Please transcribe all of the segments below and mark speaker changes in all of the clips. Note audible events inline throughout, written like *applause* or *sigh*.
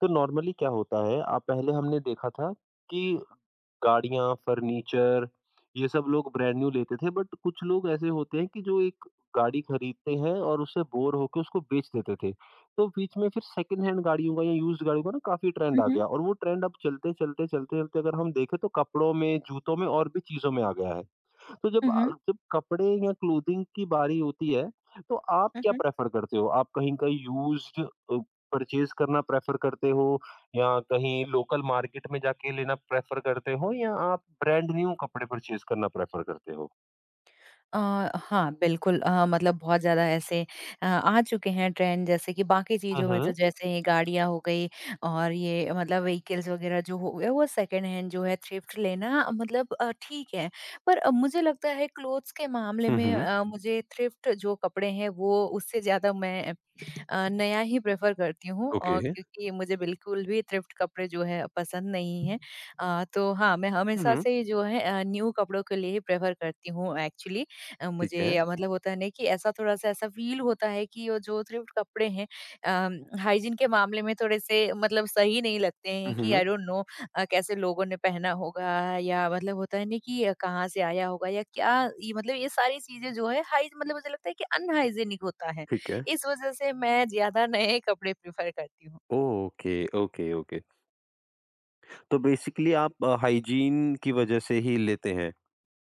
Speaker 1: तो नॉर्मली क्या होता है आप पहले हमने देखा था कि गाड़ियां फर्नीचर ये सब लोग ब्रांड न्यू लेते थे बट कुछ लोग ऐसे होते हैं कि जो एक गाड़ी खरीदते हैं और उससे बोर होकर उसको बेच देते थे। तो बीच में फिर सेकंड हैंड गाड़ियों का या यूज्ड गाड़ियों का ना काफी ट्रेंड
Speaker 2: हुँ,
Speaker 1: आ
Speaker 2: हुँ।
Speaker 1: गया और वो ट्रेंड अब चलते चलते चलते चलते अगर हम देखें तो कपड़ों में जूतों में और भी चीजों में आ गया है। तो
Speaker 2: हुँ, हुँ।
Speaker 1: जब कपड़े या क्लोथिंग की बारी होती है, तो आप
Speaker 2: हुँ,
Speaker 1: क्या
Speaker 2: हुँ।
Speaker 1: प्रेफ़र करते हो? आप कहीं का यूज़्ड परचेज़ करना प्रेफ़र करते हो या कहीं लोकल मार्केट में जाके लेना प्रेफ़र करते हो या आप ब्रांड न्यू कपड़े परचेज़ करना प्रेफ़र करते हो?
Speaker 2: अ, हाँ, बिल्कुल मतलब बहुत ज़्यादा ऐसे आ चुके हैं ट्रेंड, जैसे कि बाकी
Speaker 1: हुँ,
Speaker 2: चीज़ों में। तो
Speaker 1: हुँ।
Speaker 2: जैसे ये गाड़ियाँ हो गई और ये मतलब व्हीकल्स वगैरह जो हो गए, वो सेकंड हैंड जो है थ्रिफ्ट लेना मतलब ठीक है। पर मुझे लगता है क्लोथ्स के मामले में
Speaker 1: हुँ,
Speaker 2: मुझे थ्रिफ्ट जो कपड़े हैं वो उससे ज़्यादा मैं नया ही प्रेफ़र करती हूँ, और
Speaker 1: ओके।
Speaker 2: क्योंकि मुझे बिल्कुल भी थ्रिफ्ट कपड़े जो है पसंद नहीं हैं। तो हाँ, मैं हमेशा
Speaker 1: हुँ,
Speaker 2: से ही जो है न्यू कपड़ों के लिए ही प्रेफ़र करती हूँ एक्चुअली।
Speaker 1: ठीक है।
Speaker 2: मुझे मतलब होता है ना कि ऐसा थोड़ा-सा ऐसा फ़ील होता है कि वो जो थ्रिफ्ट कपड़े हैं हाइजीन के मामले में थोड़े-से मतलब सही नहीं लगते हैं कि
Speaker 1: हुँ,
Speaker 2: आई डोंट नो कैसे लोगों ने पहना होगा, या मतलब होता है ना कि कहाँ से आया होगा या क्या, ये मतलब ये सारी चीज़ें जो है हाइ मतलब मुझे लगता है कि अनहाइजीनिक होता है।
Speaker 1: ठीक है।
Speaker 2: इस वजह से मैं ज़्यादा नए कपड़े प्रेफ़र करती हूँ।
Speaker 1: Okay, okay, okay. तो बेसिकली आप हाइजीन की वजह से ही लेते हैं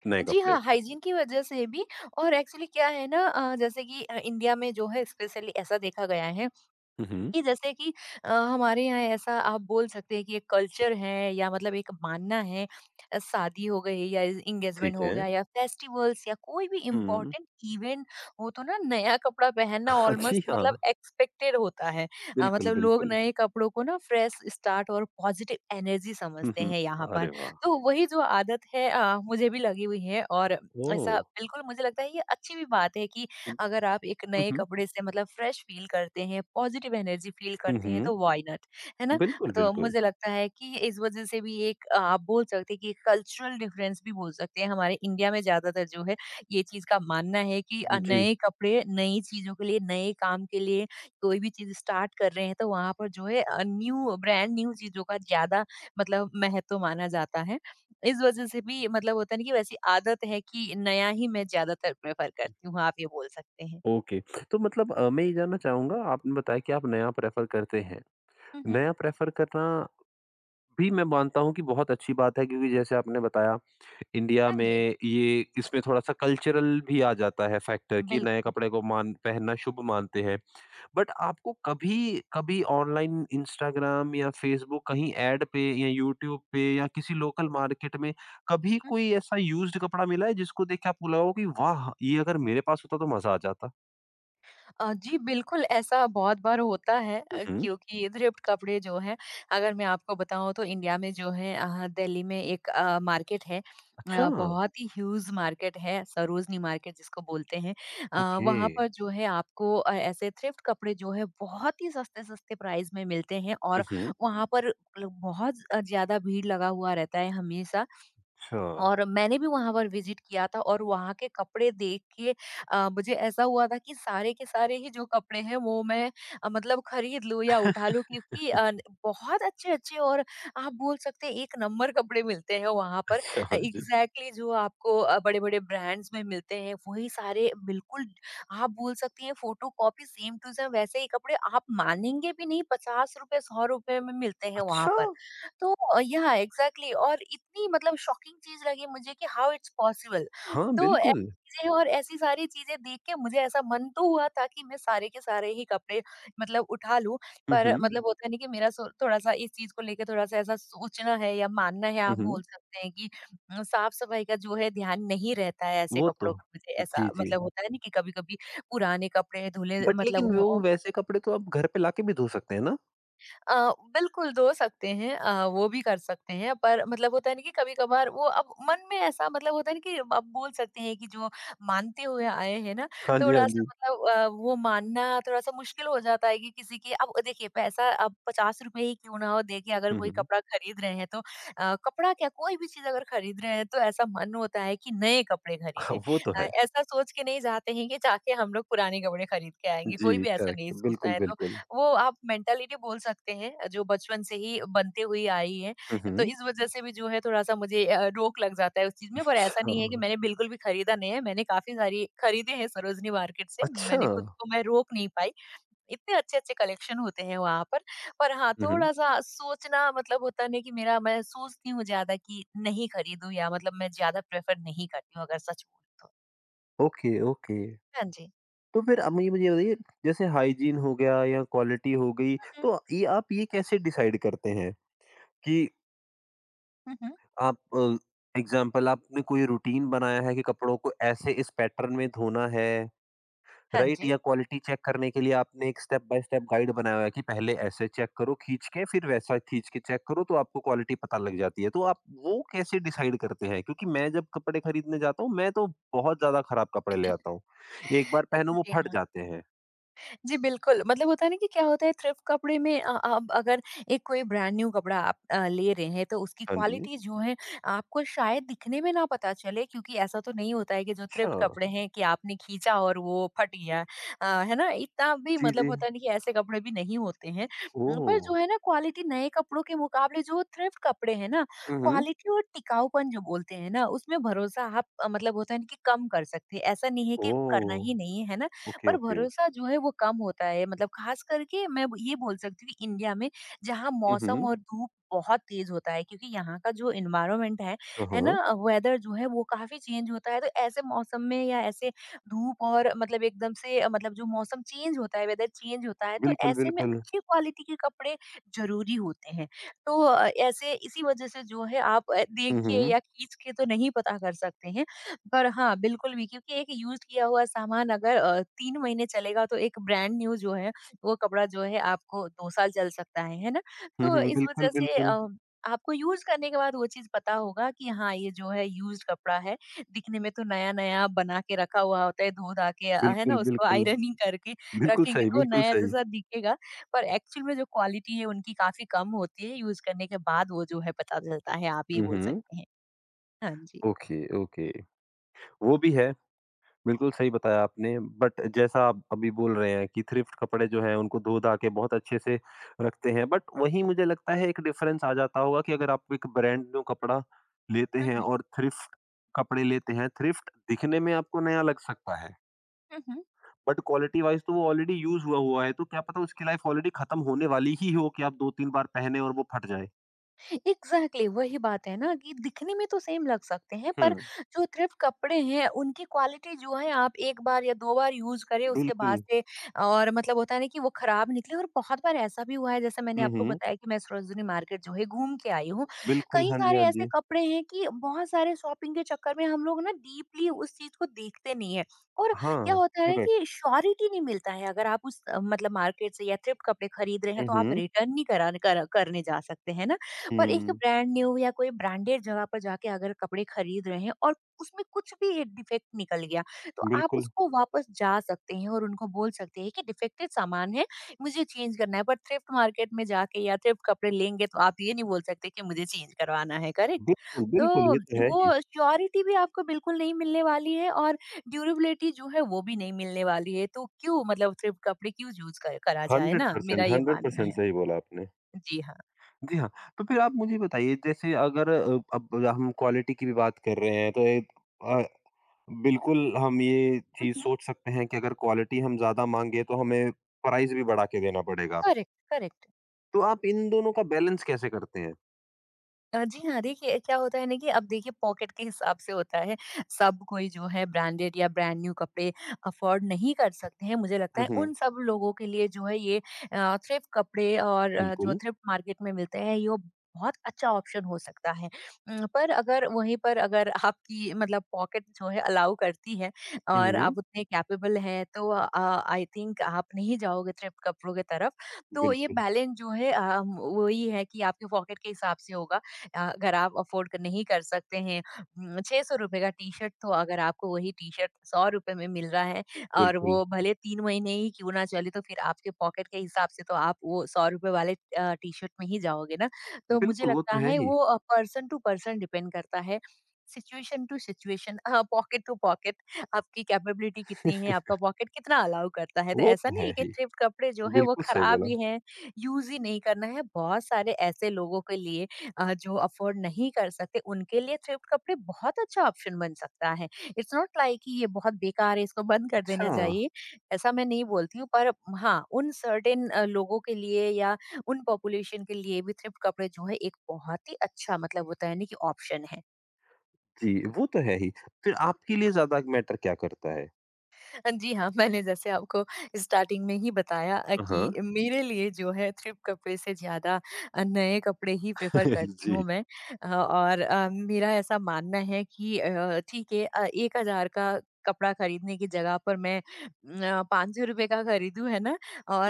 Speaker 1: नए
Speaker 2: जी
Speaker 1: कपड़े।
Speaker 2: हाँ, हाइजीन की वजह से भी, और एक्चुअली क्या है ना जैसे कि इंडिया में जो है स्पेशली ऐसा देखा गया है
Speaker 1: हुँ, हुँ,
Speaker 2: कि, जैसे कि हमारे यहाँ ऐसा आप बोल सकते हैं कि एक कल्चर है, या मतलब एक मानना है। शादी हो गई या इंगेजमेंट
Speaker 1: ठीक
Speaker 2: हो
Speaker 1: है।
Speaker 2: गया या फेस्टिवल्स या कोई भी
Speaker 1: हुँ,
Speaker 2: इम्पोर्टेंट इवेंट हो तो ना नया कपड़ा पहनना
Speaker 1: हाँ *laughs* जी,
Speaker 2: ऑलमोस्ट मतलब
Speaker 1: हाँ।
Speaker 2: एक्सपेक्टेड होता है।
Speaker 1: बिल्कुल,
Speaker 2: मतलब लोग
Speaker 1: बिल्कुल।
Speaker 2: नए कपड़ों को ना फ्रेश स्टार्ट और पॉजिटिव एनर्जी
Speaker 1: हुँ,
Speaker 2: समझते
Speaker 1: हुँ।
Speaker 2: हैं यहाँ पर।
Speaker 1: अरे वाह!
Speaker 2: तो वही जो आदत है मुझे भी लगी हुई है, और
Speaker 1: ओह!
Speaker 2: ऐसा बिल्कुल मुझे लगता है ये अच्छी भी बात है कि
Speaker 1: हुँ,
Speaker 2: अगर आप एक
Speaker 1: हुँ,
Speaker 2: नए
Speaker 1: हुँ।
Speaker 2: कपड़े से मतलब फ्रेश फील करते हैं, पॉजिटिव एनर्जी फील
Speaker 1: हुँ,
Speaker 2: करते हैं,
Speaker 1: हुँ।
Speaker 2: तो व्हाई नॉट, है ना?
Speaker 1: बिल्कुल,
Speaker 2: तो
Speaker 1: बिल्कुल।
Speaker 2: मुझे लगता है कि इस वज़ह से भी एक आप बोल सकते हैं कि कल्चरल डिफरेंस भी बोल सकते हैं। हमारे इंडिया में ज़्यादातर जो है ये चीज़ का मानना है कि
Speaker 1: जी,
Speaker 2: नए कपड़े नई चीज़ों के लिए, नए काम के लिए, कोई भी चीज़ स्टार्ट कर रहे हैं तो वहाँ पर जो है न्यू ब्रांड न्यू चीज़ों का ज़्यादा मतलब महत्व माना जाता है। इस वजह से भी मतलब होता है ना कि वैसी आदत है कि नया ही मैं ज़्यादातर प्रेफ़र करती हूँ, आप ये बोल सकते हैं।
Speaker 1: ओके। तो मतलब मैं ये जानना चाहूँगा आपने बताया कि आप नया प्रेफ़र करते हैं।
Speaker 2: हुँ, हुँ।
Speaker 1: नया प्रेफ़र करना भी मैं मानता हूँ कि बहुत अच्छी बात है क्योंकि जैसे आपने बताया इंडिया
Speaker 2: हाँ
Speaker 1: में
Speaker 2: जी।
Speaker 1: ये इसमें थोड़ा-सा कल्चरल भी आ जाता है फैक्टर कि नए
Speaker 2: बिल्कुल।
Speaker 1: कपड़े को मान पहनना शुभ मानते हैं। बट आपको कभी कभी ऑनलाइन इंस्टाग्राम या फेसबुक कहीं ऐड पे या यूट्यूब पे या किसी लोकल मार्केट में कभी कोई ऐसा यूज्ड कपड़ा मिला है जिसको देख के आपको लगा हो कि वाह ये अगर मेरे पास होता तो मजा आ जाता।
Speaker 2: जी, बिल्कुल ऐसा बहुत बार होता है
Speaker 1: हम्म।
Speaker 2: क्योंकि थ्रिफ्ट कपड़े जो हैं, अगर मैं आपको बताऊँ तो इंडिया में जो है दिल्ली में एक मार्केट है।
Speaker 1: अच्छा।
Speaker 2: बहुत ही ह्यूज मार्केट है, सरोजनी मार्केट जिसको बोलते हैं। अ,
Speaker 1: ओके।
Speaker 2: वहाँ पर जो है आपको ऐसे थ्रिफ्ट कपड़े जो है बहुत ही सस्ते-सस्ते प्राइस में मिलते हैं, और
Speaker 1: हम्म।
Speaker 2: वहाँ पर ल बहुत ज़्यादा भीड़ लगा हुआ रहता है हमेशा।
Speaker 1: अच्छा।
Speaker 2: और मैंने भी वहाँ पर विज़िट किया था, और वहाँ के कपड़े देख के मुझे ऐसा हुआ था कि सारे के सारे ही जो कपड़े हैं वो मैं मतलब खरीद लूँ या उठा लूँ, क्योंकि न बहुत अच्छे-अच्छे, और आप बोल सकते हैं एक नंबर कपड़े मिलते हैं वहाँ पर।
Speaker 1: अच्छा जी।
Speaker 2: एग्ज़ैक्टली जो आपको बड़े-बड़े ब्रांड्स में मिलते हैं वही सारे बिल्कुल, आप बोल सकती हैं फ़ोटोकॉपी सेम टू सेम वैसे ही कपड़े, आप मानेंगे भी नहीं ₹50 ₹100 में मिलते हैं वहाँ
Speaker 1: अच्छा।
Speaker 2: पर। तो या एग्जैक्टली exactly, और इतनी मतलब शॉकिंग चीज लगी मुझे कि हाउ इट्स पॉसिबल।
Speaker 1: हाँ
Speaker 2: तो ऐसी
Speaker 1: बिल्कुल।
Speaker 2: चीजें और ऐसी सारी चीजें देख के मुझे ऐसा मन तो हुआ था कि मैं सारे के सारे ही कपड़े मतलब उठा लूं, पर
Speaker 1: हम्म।
Speaker 2: मतलब होता नहीं कि मेरा थोड़ा सा इस चीज को लेके थोड़ा सा ऐसा सोचना है या मानना है आप
Speaker 1: हम्म।
Speaker 2: बोल सकते हैं कि साफ सफाई का जो है ध्यान नहीं रहता है ऐसे
Speaker 1: वो तो।
Speaker 2: कपड़ों पर, मुझे ऐसा
Speaker 1: जी जी।
Speaker 2: मतलब होता है ना कि कभी कभी पुराने कपड़े धुले
Speaker 1: बट
Speaker 2: मतलब
Speaker 1: लेकिन वो वैसे कपड़े तो आप घर पे लाके भी धो सकते हैं ना।
Speaker 2: अ, बिल्कुल धो सकते हैं, वो भी कर सकते हैं, पर मतलब होता है ना कि कभी-कभार वो अब मन में ऐसा मतलब होता है ना कि अब बोल सकते हैं कि जो मानते हुए आए हैं ना,
Speaker 1: हाँ जी, हाँ
Speaker 2: थोड़ा-सा
Speaker 1: जी।
Speaker 2: मतलब वो मानना थोड़ा-सा मुश्किल हो जाता है कि किसी की, अब देखिए पैसा अब ₹50 ही क्यों ना हो, देखिए अगर कोई
Speaker 1: हम्म।
Speaker 2: कपड़ा खरीद रहे हैं तो कपड़ा क्या कोई भी चीज़ अगर खरीद रहे हैं तो ऐसा मन होता है कि नए कपड़े खरीदें।
Speaker 1: *laughs* वो तो है।
Speaker 2: ऐसा सोच के नहीं जाते हैं कि जाके हम लोग पुराने कपड़े खरीद के आएँगे,
Speaker 1: जी,
Speaker 2: कोई भी ऐसा नहीं
Speaker 1: करेक्ट।
Speaker 2: सोचता
Speaker 1: बिल्कुल,
Speaker 2: है। तो
Speaker 1: बिल्कुल।
Speaker 2: वो आप मेंटालिटी बोल सकते हैं जो बचपन से ही बनते हुए आई है।
Speaker 1: हुँ,
Speaker 2: तो
Speaker 1: हुँ।
Speaker 2: इस वज़ह से भी जो है थोड़ा-सा मुझे रोक लग जाता है उस चीज़ में, पर ऐसा
Speaker 1: अच्छा,
Speaker 2: नहीं है कि मैंने बिल्कुल भी खरीदा नहीं है, मैंने काफ़ी सारी खरीदे हैं सरोजनी मार्केट से,
Speaker 1: अच्छा!
Speaker 2: मैंने खुद को मैं रोक नहीं पाई। इतने अच्छे-अच्छे कलेक्शन होते हैं वहाँ पर। पर हाँ,
Speaker 1: हुँ, हुँ।
Speaker 2: थोड़ा-सा सोचना, मतलब होता नहीं कि मेरा मैं सोचती हूँ ज़्यादा कि नहीं खरीदूँ, या मतलब मैं ज़्यादा प्रेफ़र नहीं करती हूँ अगर सच बोलूँ तो।
Speaker 1: Okay, okay.
Speaker 2: हाँ जी।
Speaker 1: तो फिर अब ये मुझे बताइए जैसे हाइजीन हो गया या क्वालिटी हो गई,
Speaker 2: हुँ, हुँ।
Speaker 1: तो ये आप ये कैसे डिसाइड करते हैं कि
Speaker 2: हुँ, हुँ।
Speaker 1: आप एग्ज़ाम्पल आपने कोई रूटीन बनाया है कि कपड़ों को ऐसे इस पैटर्न में धोना है?
Speaker 2: हाँ
Speaker 1: राइट
Speaker 2: जी।
Speaker 1: या क्वालिटी चेक करने के लिए आपने एक स्टेप बाय स्टेप गाइड बनाया हुआ है कि पहले ऐसे चेक करो खींच के फिर वैसा खींच के चेक करो तो आपको क्वालिटी पता लग जाती है तो आप वो कैसे डिसाइड करते हैं क्योंकि मैं जब कपड़े खरीदने जाता हूँ मैं तो बहुत ज्यादा खराब कपड़े ले आता हूँ, एक बार पहनो वो
Speaker 2: जी
Speaker 1: फट
Speaker 2: हाँ।
Speaker 1: जाते हैं।
Speaker 2: जी, बिल्कुल। मतलब होता है ना कि क्या होता है थ्रिफ्ट कपड़े में आप अगर एक कोई ब्रांड न्यू कपड़ा आप ले रहे हैं तो उसकी
Speaker 1: हाँ जी।
Speaker 2: क्वालिटी जो है आपको शायद दिखने में ना पता चले, क्योंकि ऐसा तो नहीं होता है कि जो
Speaker 1: अच्छा।
Speaker 2: थ्रिफ्ट कपड़े हैं कि आपने खींचा और वो फट गया। है ना? इतना भी
Speaker 1: जी
Speaker 2: मतलब
Speaker 1: जी।
Speaker 2: होता नहीं, कि ऐसे कपड़े भी नहीं होते हैं। पर
Speaker 1: ओह।
Speaker 2: जो है ना क्वालिटी नए कपड़ों के मुकाबले जो थ्रिफ्ट कपड़े हैं ना,
Speaker 1: हम्म।
Speaker 2: क्वालिटी और टिकाऊपन जो बोलते हैं ना, उसमें भरोसा आप मतलब होता है ना कि कम कर सकते हैं। ऐसा नहीं है कि करना
Speaker 1: ओह।
Speaker 2: ही नहीं है, है ना?
Speaker 1: ओके,
Speaker 2: पर
Speaker 1: ओके।
Speaker 2: भरोसा जो है वो कम होता है, मतलब खास करके मैं ये बोल सकती हूँ कि इंडिया में जहाँ मौसम
Speaker 1: हम्म।
Speaker 2: और धूप बहुत तेज होता है, क्योंकि यहाँ का जो इन्वायरमेंट है ना,
Speaker 1: हाँ,
Speaker 2: वेदर जो है वो काफी चेंज होता है। तो ऐसे मौसम में, या ऐसे धूप और मतलब एकदम से मतलब जो मौसम चेंज होता है, वेदर चेंज होता है, तो
Speaker 1: बिल्कुल,
Speaker 2: ऐसे में
Speaker 1: बिल्कुल।
Speaker 2: अच्छी क्वालिटी के कपड़े जरूरी होते हैं। तो ऐसे इसी वजह से जो है आप देख के
Speaker 1: हम्म,
Speaker 2: या खींच के तो नहीं पता कर सकते हैं, पर हाँ, बिल्कुल भी, क्योंकि एक यूज़्ड किया हुआ सामान अगर 3 महीने चलेगा, तो एक ब्रांड न्यू जो है, वो कपड़ा जो है आपको 2 साल चल सकता है ना? तो
Speaker 1: हम्म।
Speaker 2: इस
Speaker 1: बिल्कुल,
Speaker 2: वज़ह से
Speaker 1: बिल्कुल।
Speaker 2: आपको यूज़ करने के बाद वो चीज़ पता होगा कि हाँ, ये जो है यूज़्ड कपड़ा है, दिखने में तो नया-नया बना के रखा हुआ होता है, धो-धा के, है ना?
Speaker 1: बिल्कुल,
Speaker 2: उसको
Speaker 1: बिल्कुल।
Speaker 2: आयरनिंग करके
Speaker 1: बिल्कुल
Speaker 2: रखेंगे
Speaker 1: सही,
Speaker 2: तो
Speaker 1: बिल्कुल
Speaker 2: नया
Speaker 1: सही।
Speaker 2: जैसा दिखेगा, पर एक्चुअल में जो क्वालिटी है उनकी काफ़ी कम होती है, यूज़ करने के बाद वो जो है पता चलता है, आप ये बोल
Speaker 1: हम्म।
Speaker 2: सकते हैं। हाँ जी।
Speaker 1: Okay, okay. वो भी है, बिल्कुल सही बताया आपने बट जैसा आप अभी बोल रहे हैं कि थ्रिफ्ट कपड़े जो हैं उनको धो-धा के बहुत अच्छे से रखते हैं बट वहीं मुझे लगता है एक डिफ़रेंस आ जाता होगा कि अगर आप एक ब्रांड न्यू कपड़ा लेते
Speaker 2: हुँ,
Speaker 1: हैं
Speaker 2: हुँ।
Speaker 1: और थ्रिफ्ट कपड़े लेते हैं, थ्रिफ्ट दिखने में आपको नया लग सकता है
Speaker 2: हुँ, हुँ।
Speaker 1: बट क्वालिटी वाइज़ तो वो ऑलरेडी यूज़ हुआ हुआ है, तो क्या पता उसकी लाइफ़ ऑलरेडी खत्म होने वाली ही हो कि आप 2-3 बार पहने और वो फट जाए।
Speaker 2: एग्जैक्टली वही बात है ना कि दिखने में तो सेम लग सकते हैं,
Speaker 1: हुँ,
Speaker 2: पर जो थ्रिफ्ट कपड़े हैं उनकी क्वालिटी जो है आप एक बार या दो बार यूज करें उसके बाद
Speaker 1: बिल्कुल।
Speaker 2: से, और मतलब होता है ना कि वो खराब निकले। और बहुत बार ऐसा भी हुआ है, जैसे मैंने
Speaker 1: हुँ,
Speaker 2: आपको
Speaker 1: हुँ।
Speaker 2: बताया कि मैं सरोजनी मार्केट जो है घूम के आई हूँ,
Speaker 1: बिल्कुल,
Speaker 2: कई
Speaker 1: हाँ जी,
Speaker 2: सारे
Speaker 1: हाँ
Speaker 2: ऐसे
Speaker 1: जी।
Speaker 2: कपड़े हैं कि बहुत सारे शॉपिंग के चक्कर में हम लोग ना डीपली उस चीज को देखते नहीं है। और क्या
Speaker 1: हाँ,
Speaker 2: होता है ना
Speaker 1: करेक्ट।
Speaker 2: कि श्योरिटी नहीं मिलता है अगर आप उस मतलब मार्केट से या थ्रिफ्ट कपड़े खरीद रहे हैं,
Speaker 1: हुँ,
Speaker 2: तो आप
Speaker 1: हुँ।
Speaker 2: रिटर्न नहीं करने जा सकते हैं ना। और एक
Speaker 1: हुँ,
Speaker 2: ब्रांड न्यू या कोई ब्रांडेड जगह पर जाके अगर कपड़े खरीद रहे हैं और उसमें कुछ भी डिफेक्ट निकल गया, तो आप
Speaker 1: बिल्कुल,
Speaker 2: उसको वापस जा सकते हैं और उनको बोल सकते हैं कि डिफेक्टेड सामान है, मुझे चेंज करना है। बट थ्रिफ्ट मार्केट में जाके या थ्रिफ्ट कपड़े लेंगे तो आप ये नहीं बोल सकते कि मुझे चेंज करवाना है, करेक्ट?
Speaker 1: बिल्कुल, बिल्कुल,
Speaker 2: तो
Speaker 1: ये तो है ही।
Speaker 2: वो श्योरिटी भी आपको बिल्कुल नहीं मिलने वाली है, और ड्यूरेबिलिटी जो है वो भी नहीं मिलने वाली है, तो क्यों मतलब थ्रिफ्ट कपड़े क्यों यूज़ कर करा जाए ना? मेरा
Speaker 1: 100%
Speaker 2: ये मानना
Speaker 1: 100%
Speaker 2: है।
Speaker 1: सही बोला आपने।
Speaker 2: जी हाँ।
Speaker 1: जी हाँ, तो फिर आप मुझे बताइए जैसे अगर अब हम क्वालिटी की भी बात कर रहे हैं तो एक अ, बिल्कुल हम ये
Speaker 2: हुँ,
Speaker 1: चीज़
Speaker 2: हुँ।
Speaker 1: सोच सकते हैं कि अगर क्वालिटी हम ज़्यादा माँगे तो हमें प्राइस भी बढ़ा के देना पड़ेगा।
Speaker 2: Correct, correct.
Speaker 1: तो आप इन दोनों का बैलेंस कैसे करते हैं?
Speaker 2: जी हाँ, देखिए क्या होता है ना कि अब देखिए पॉकेट के हिसाब से होता है। सब कोई जो है ब्रांडेड या ब्रांड न्यू कपड़े अफ़ोर्ड नहीं कर सकते हैं। मुझे लगता
Speaker 1: हुँ,
Speaker 2: है
Speaker 1: हुँ,
Speaker 2: उन सब लोगों के लिए जो है ये थ्रिफ्ट कपड़े और जो
Speaker 1: बिल्कुल।
Speaker 2: थ्रिफ्ट मार्केट में मिलते हैं यो बहुत अच्छा ऑप्शन हो सकता है। पर अगर वहीं पर अगर आपकी मतलब पॉकेट जो है अलाउ करती है
Speaker 1: हुँ,
Speaker 2: और
Speaker 1: हुँ,
Speaker 2: आप उतने कैपेबल हैं तो आई थिंक आप नहीं जाओगे थ्रिफ्ट कपड़ों की तरफ। तो ये
Speaker 1: बिल्कुल,
Speaker 2: बैलेंस जो है वही है कि आपके पॉकेट के हिसाब से होगा। अगर आप अफोर्ड कर नहीं कर सकते हैं ₹600 का टी-शर्ट, तो अगर आपको वही टी-शर्ट ₹100 में मिल रहा है और
Speaker 1: बिल्कुल।
Speaker 2: वो भले 3 महीने ही क्यों ना चले, तो फिर आपके पॉकेट के हिसाब से तो आप वो ₹100 वाले टी-शर्ट में ही जाओगे ना। तो मुझे
Speaker 1: बिल्कुल, वो तो
Speaker 2: लगता
Speaker 1: है
Speaker 2: है
Speaker 1: ही।
Speaker 2: वो पर्सन टू पर्सन डिपेंड करता है, सिचुएशन टू सिचुएशन, हाँ, पॉकेट टू पॉकेट, आपकी कैपेबिलिटी कितनी है, आपका पॉकेट कितना अलाउ करता है। तो
Speaker 1: वो
Speaker 2: ऐसा
Speaker 1: तो
Speaker 2: नहीं
Speaker 1: है
Speaker 2: है कि
Speaker 1: ही।
Speaker 2: थ्रिफ्ट कपड़े जो है वो
Speaker 1: बिल्कुल सही
Speaker 2: खराब
Speaker 1: बोला।
Speaker 2: ही हैं, यूज़ ही नहीं करना है। बहुत सारे ऐसे लोगों के लिए, जो अफोर्ड नहीं कर सकते, उनके लिए थ्रिफ्ट कपड़े बहुत अच्छा ऑप्शन बन सकता है। इट्स नॉट लाइक कि ये बहुत बेकार है, इसको बंद कर
Speaker 1: अच्छा।
Speaker 2: देना चाहिए, ऐसा मैं नहीं बोलती हूँ, पर हाँ, उन सर्टेन लोगों के लिए या उन पॉपुलेशन के लिए भी थ्रिफ्ट कपड़े जो है एक बहुत ही अच्छा मतलब होता है ना कि ऑप्शन है।
Speaker 1: जी, वो तो है ही। फिर आपके लिए ज़्यादा मैटर क्या करता है?
Speaker 2: *laughs* जी हाँ, मैंने जैसे आपको स्टार्टिंग में ही बताया कि
Speaker 1: हाँ।
Speaker 2: मेरे लिए जो है, थ्रिफ्ट कपड़े से ज़्यादा नए कपड़े ही प्रेफ़र
Speaker 1: *laughs*
Speaker 2: करती हूँ
Speaker 1: जी।
Speaker 2: मैं। और मेरा ऐसा मानना है कि ठीक है, 1000 का कपड़ा खरीदने की जगह पर मैं ₹500 का खरीदूँ, है ना?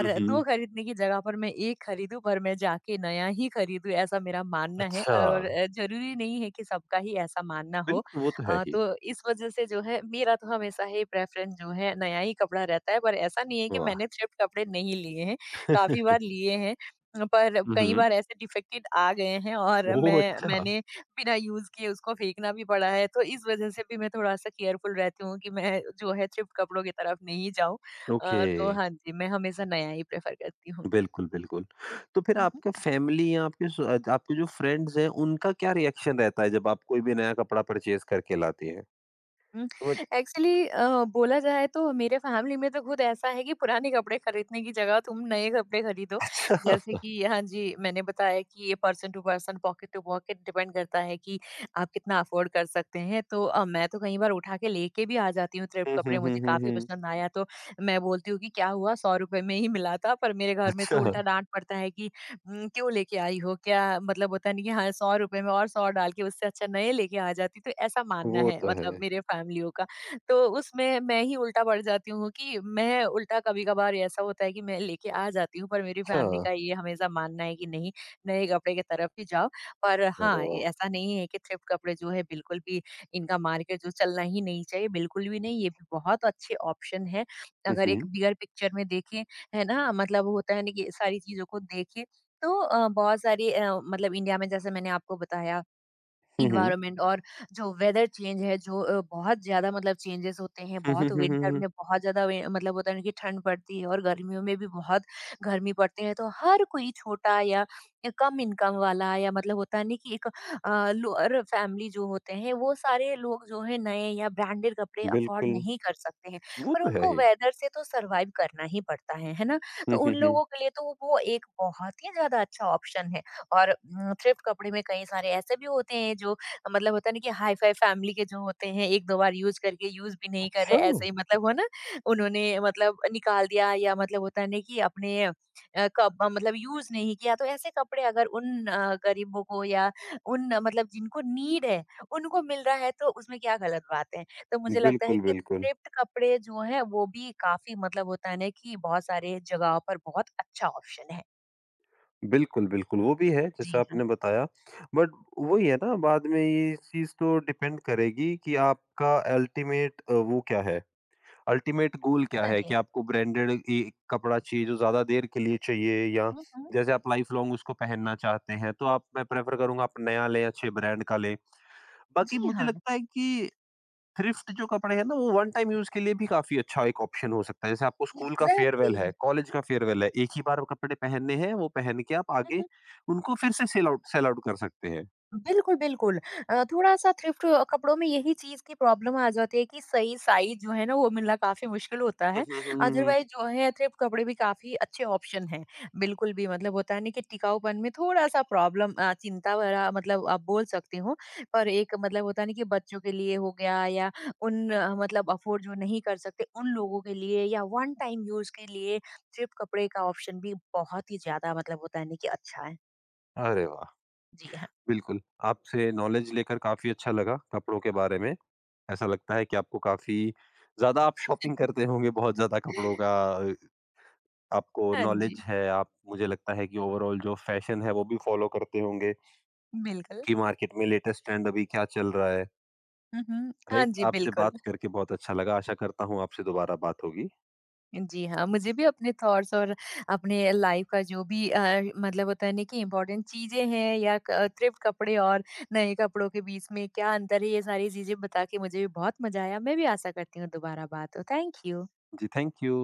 Speaker 1: हुँ,
Speaker 2: 2
Speaker 1: हुँ।
Speaker 2: खरीदने की जगह पर मैं 1 खरीदूँ, पर मैं जाके नया ही खरीदूँ, ऐसा मेरा मानना है
Speaker 1: अच्छा,
Speaker 2: और ज़रूरी नहीं है कि सबका ही ऐसा मानना हो।
Speaker 1: बिल्कुल वो तो है ही।
Speaker 2: तो इस वजह से जो है, मेरा तो हमेशा ही प्रेफ़रेंस जो है नया ही कपड़ा रहता है, पर ऐसा नहीं है कि
Speaker 1: वाह!
Speaker 2: मैंने थ्रिफ्ट कपड़े नहीं लिए हैं, काफ़ी बार
Speaker 1: *laughs*
Speaker 2: लिए हैं। पर
Speaker 1: हुँ,
Speaker 2: कई
Speaker 1: हुँ।
Speaker 2: बार ऐसे डिफेक्टेड आ गए हैं और
Speaker 1: ओह,
Speaker 2: मैं
Speaker 1: अच्छा!
Speaker 2: मैंने बिना यूज़ किए उसको फेंकना भी पड़ा है, तो इस वजह से भी मैं थोड़ा-सा केयरफुल रहती हूँ कि मैं जो है थ्रिफ्ट कपड़ों की तरफ नहीं जाऊँ।
Speaker 1: ओके,
Speaker 2: तो हाँ जी, मैं हमेशा नया ही प्रेफ़र करती हूँ।
Speaker 1: बिल्कुल, बिल्कुल। तो फिर आपका फैमिली या आपके आपके जो फ्रेंड्स हैं उनका क्या रिएक्शन रहता है जब आप कोई भी नया कपड़ा परचेज़ करके लाती हैं? वो
Speaker 2: एक्चुअली बोला जाए तो मेरे फैमिली में तो खुद ऐसा है कि पुराने कपड़े खरीदने की जगह तुम नए कपड़े खरीदो।
Speaker 1: अच्छा।
Speaker 2: जैसे
Speaker 1: *laughs*
Speaker 2: कि हाँ जी, मैंने बताया कि ये person to person, pocket to pocket depend करता है कि आप कितना अफ़ोर्ड कर सकते हैं। तो मैं तो कई बार उठा के लेके भी आ जाती हूँ थ्रिफ्ट
Speaker 1: हुँ, हुँ,
Speaker 2: कपड़े,
Speaker 1: हुँ,
Speaker 2: मुझे
Speaker 1: हुँ,
Speaker 2: काफ़ी
Speaker 1: हुँ।
Speaker 2: पसंद आया तो मैं बोलती हूँ कि क्या हुआ, ₹100 में ही मिला था, पर मेरे घर में तो
Speaker 1: अच्छा,
Speaker 2: उल्टा डाँट पड़ता है कि क्यों लेके आई हो? क्या, मतलब होता नहीं कि हाँ, ₹100 में और 100 डाल के उससे अच्छा नए लेके आ जाती। तो ऐसा मानना
Speaker 1: वो
Speaker 2: है
Speaker 1: तो
Speaker 2: मतलब
Speaker 1: है।
Speaker 2: मेरे फैमिलियों का। तो उसमें मैं ही उल्टा पड़ जाती हूँ कि मैं उल्टा कभी-कभार ऐसा होता है कि मैं लेके आ जाती हूँ, पर मेरी
Speaker 1: अच्छा,
Speaker 2: फैमिली का ये हमेशा मानना है कि नहीं, नए कपड़े की तरफ ही जाओ। पर
Speaker 1: अरे
Speaker 2: हाँ, ये
Speaker 1: वाह!
Speaker 2: ऐसा नहीं है कि थ्रिफ्ट कपड़े जो है बिल्कुल भी इनका मार्केट जो चलना ही नहीं चाहिए, बिल्कुल भी नहीं। ये भी बहुत अच्छे ऑप्शन है।
Speaker 1: हुँ,
Speaker 2: अगर एक
Speaker 1: हुँ।
Speaker 2: बिगर पिक्चर में देखें, है ना? मतलब होता है ना कि सारी चीज़ों को देखें, तो बहुत सारी मतलब इंडिया में जैसे मैंने आपको बताया,
Speaker 1: हुँ, हुँ।
Speaker 2: इन्वायरमेंट और जो वेदर चेंज है, जो बहुत ज़्यादा मतलब चेंजेस होते हैं,
Speaker 1: हुँ, हुँ,
Speaker 2: बहुत
Speaker 1: हुँ, हुँ,
Speaker 2: विंटर
Speaker 1: हुँ।
Speaker 2: में बहुत ज़्यादा वे मतलब होता है ना कि ठंड पड़ती है और गर्मियों में भी बहुत गर्मी पड़ती है, तो हर कोई छोटा या कम इनकम वाला या मतलब होता है ना कि एक लोअर फैमिली जो होते हैं, वो सारे लोग जो है नए या ब्रांडेड कपड़े अफोर्ड
Speaker 1: बिल्कुल,
Speaker 2: नहीं कर सकते हैं,
Speaker 1: वो
Speaker 2: पर
Speaker 1: तो है
Speaker 2: उनको
Speaker 1: ही।
Speaker 2: वेदर से तो सर्वाइव करना ही पड़ता है ना?
Speaker 1: हुँ,
Speaker 2: तो
Speaker 1: हुँ,
Speaker 2: उन
Speaker 1: हुँ।
Speaker 2: लोगों के लिए तो वो एक बहुत ही ज़्यादा अच्छा ऑप्शन है। और थ्रिफ्ट कपड़े में कई सारे ऐसे भी होते हैं जो मतलब होता है ना कि हाई-फाई फैमिली के जो होते हैं, 1-2 बार यूज़ करके यूज़ भी नहीं कर रहे,
Speaker 1: अच्छा!
Speaker 2: ऐसे ही मतलब हो ना, उन्होंने मतलब निकाल दिया या मतलब होता है ना कि अपने कब मतलब यूज़ नहीं किया, तो ऐसे कपड़े अगर उन गरीबों को या उन मतलब जिनको नीड है, उनको मिल रहा है, तो उसमें क्या गलत बात है? तो मुझे लगता है
Speaker 1: बिल्कुल,
Speaker 2: कि
Speaker 1: बिल्कुल।
Speaker 2: थ्रिफ्ट कपड़े जो हैं वो भी काफ़ी मतलब होता है ना कि बहुत सारे जगहों पर बहुत अच्छा ऑप्शन है।
Speaker 1: बिल्कुल, बिल्कुल, वो भी है जैसा
Speaker 2: जी हाँ।
Speaker 1: आपने बताया बट वही है ना बाद में ये चीज़ तो डिपेंड करेगी कि आपका अल्टीमेट वो क्या है, अल्टीमेट गोल क्या है
Speaker 2: एग्ज़ैक्टली।
Speaker 1: कि आपको ब्रांडेड ए कपड़ा चाहिए जो ज़्यादा देर के लिए चाहिए या
Speaker 2: हुँ, हुँ।
Speaker 1: जैसे आप लाइफ लॉन्ग उसको पहनना चाहते हैं, तो आप मैं प्रेफ़र करूँगा आप नया लें, अच्छे ब्रांड का लें। बाकी
Speaker 2: जी
Speaker 1: मुझे
Speaker 2: हाँ।
Speaker 1: लगता है कि थ्रिफ्ट जो कपड़े हैं ना वो वन टाइम यूज के लिए भी काफी अच्छा एक ऑप्शन हो सकता है जैसे आपको स्कूल का फेयरवेल
Speaker 2: एग्ज़ैक्टली।
Speaker 1: है कॉलेज का फेयरवेल है एक ही बार वो कपड़े पहनने हैं वो पहन के आप
Speaker 2: हुँ,
Speaker 1: आगे
Speaker 2: हुँ।
Speaker 1: उनको फिर से सेल आउट कर सकते हैं।
Speaker 2: बिल्कुल, बिल्कुल। थोड़ा-सा थ्रिफ्ट कपड़ों में यही चीज़ की प्रॉब्लम आ जाती है कि सही साइज़ जो है ना वो मिलना काफ़ी मुश्किल होता
Speaker 1: हम्म,
Speaker 2: है।
Speaker 1: हम्म, हम्म, हम्म, हम्म।
Speaker 2: अदरवाइज़ जो है थ्रिफ्ट कपड़े भी काफ़ी अच्छे ऑप्शन हैं। बिल्कुल भी मतलब होता है ना कि टिकाऊपन में थोड़ा-सा प्रॉब्लम, चिंता भरा मतलब आप बोल सकते हो। पर एक मतलब होता है ना कि बच्चों के लिए हो गया या उन मतलब अफ़ोर्ड जो नहीं कर सकते उन लोगों के लिए या वन टाइम यूज़ के लिए थ्रिफ्ट कपड़े का ऑप्शन भी बहुत ही ज़्यादा मतलब होता है ना कि अच्छा है।
Speaker 1: अरे वाह!
Speaker 2: जी हाँ।
Speaker 1: बिल्कुल। आपसे नॉलेज लेकर काफी अच्छा लगा कपड़ों के बारे में, ऐसा लगता है कि आपको काफी ज्यादा आप शॉपिंग करते होंगे बहुत ज्यादा कपड़ों का। अ, आपको
Speaker 2: हाँ
Speaker 1: नॉलेज
Speaker 2: जी,
Speaker 1: है, आप मुझे लगता है कि ओवरऑल जो फैशन है वो भी फॉलो करते होंगे
Speaker 2: बिल्कुल।
Speaker 1: कि मार्केट में लेटेस्ट ट्रेंड अभी क्या चल रहा है।
Speaker 2: हुँ, हुँ। हाँ
Speaker 1: राइट,
Speaker 2: जी,
Speaker 1: आपसे
Speaker 2: बिल्कुल।
Speaker 1: बात करके बहुत अच्छा लगा, आशा करता हूँ आपसे दोबारा बात होगी।
Speaker 2: जी हाँ, मुझे भी अपने थॉट्स और अपने लाइफ का जो भी मतलब होता है ना कि इम्पोर्टेंट चीज़ें हैं या क थ्रिफ्ट कपड़े और नए कपड़ों के बीच में क्या अंतर है, ये सारी चीज़ें बता के मुझे भी बहुत मज़ा आया। मैं भी आशा करती हूँ दोबारा बात हो। Thank you.
Speaker 1: जी, थैंक यू।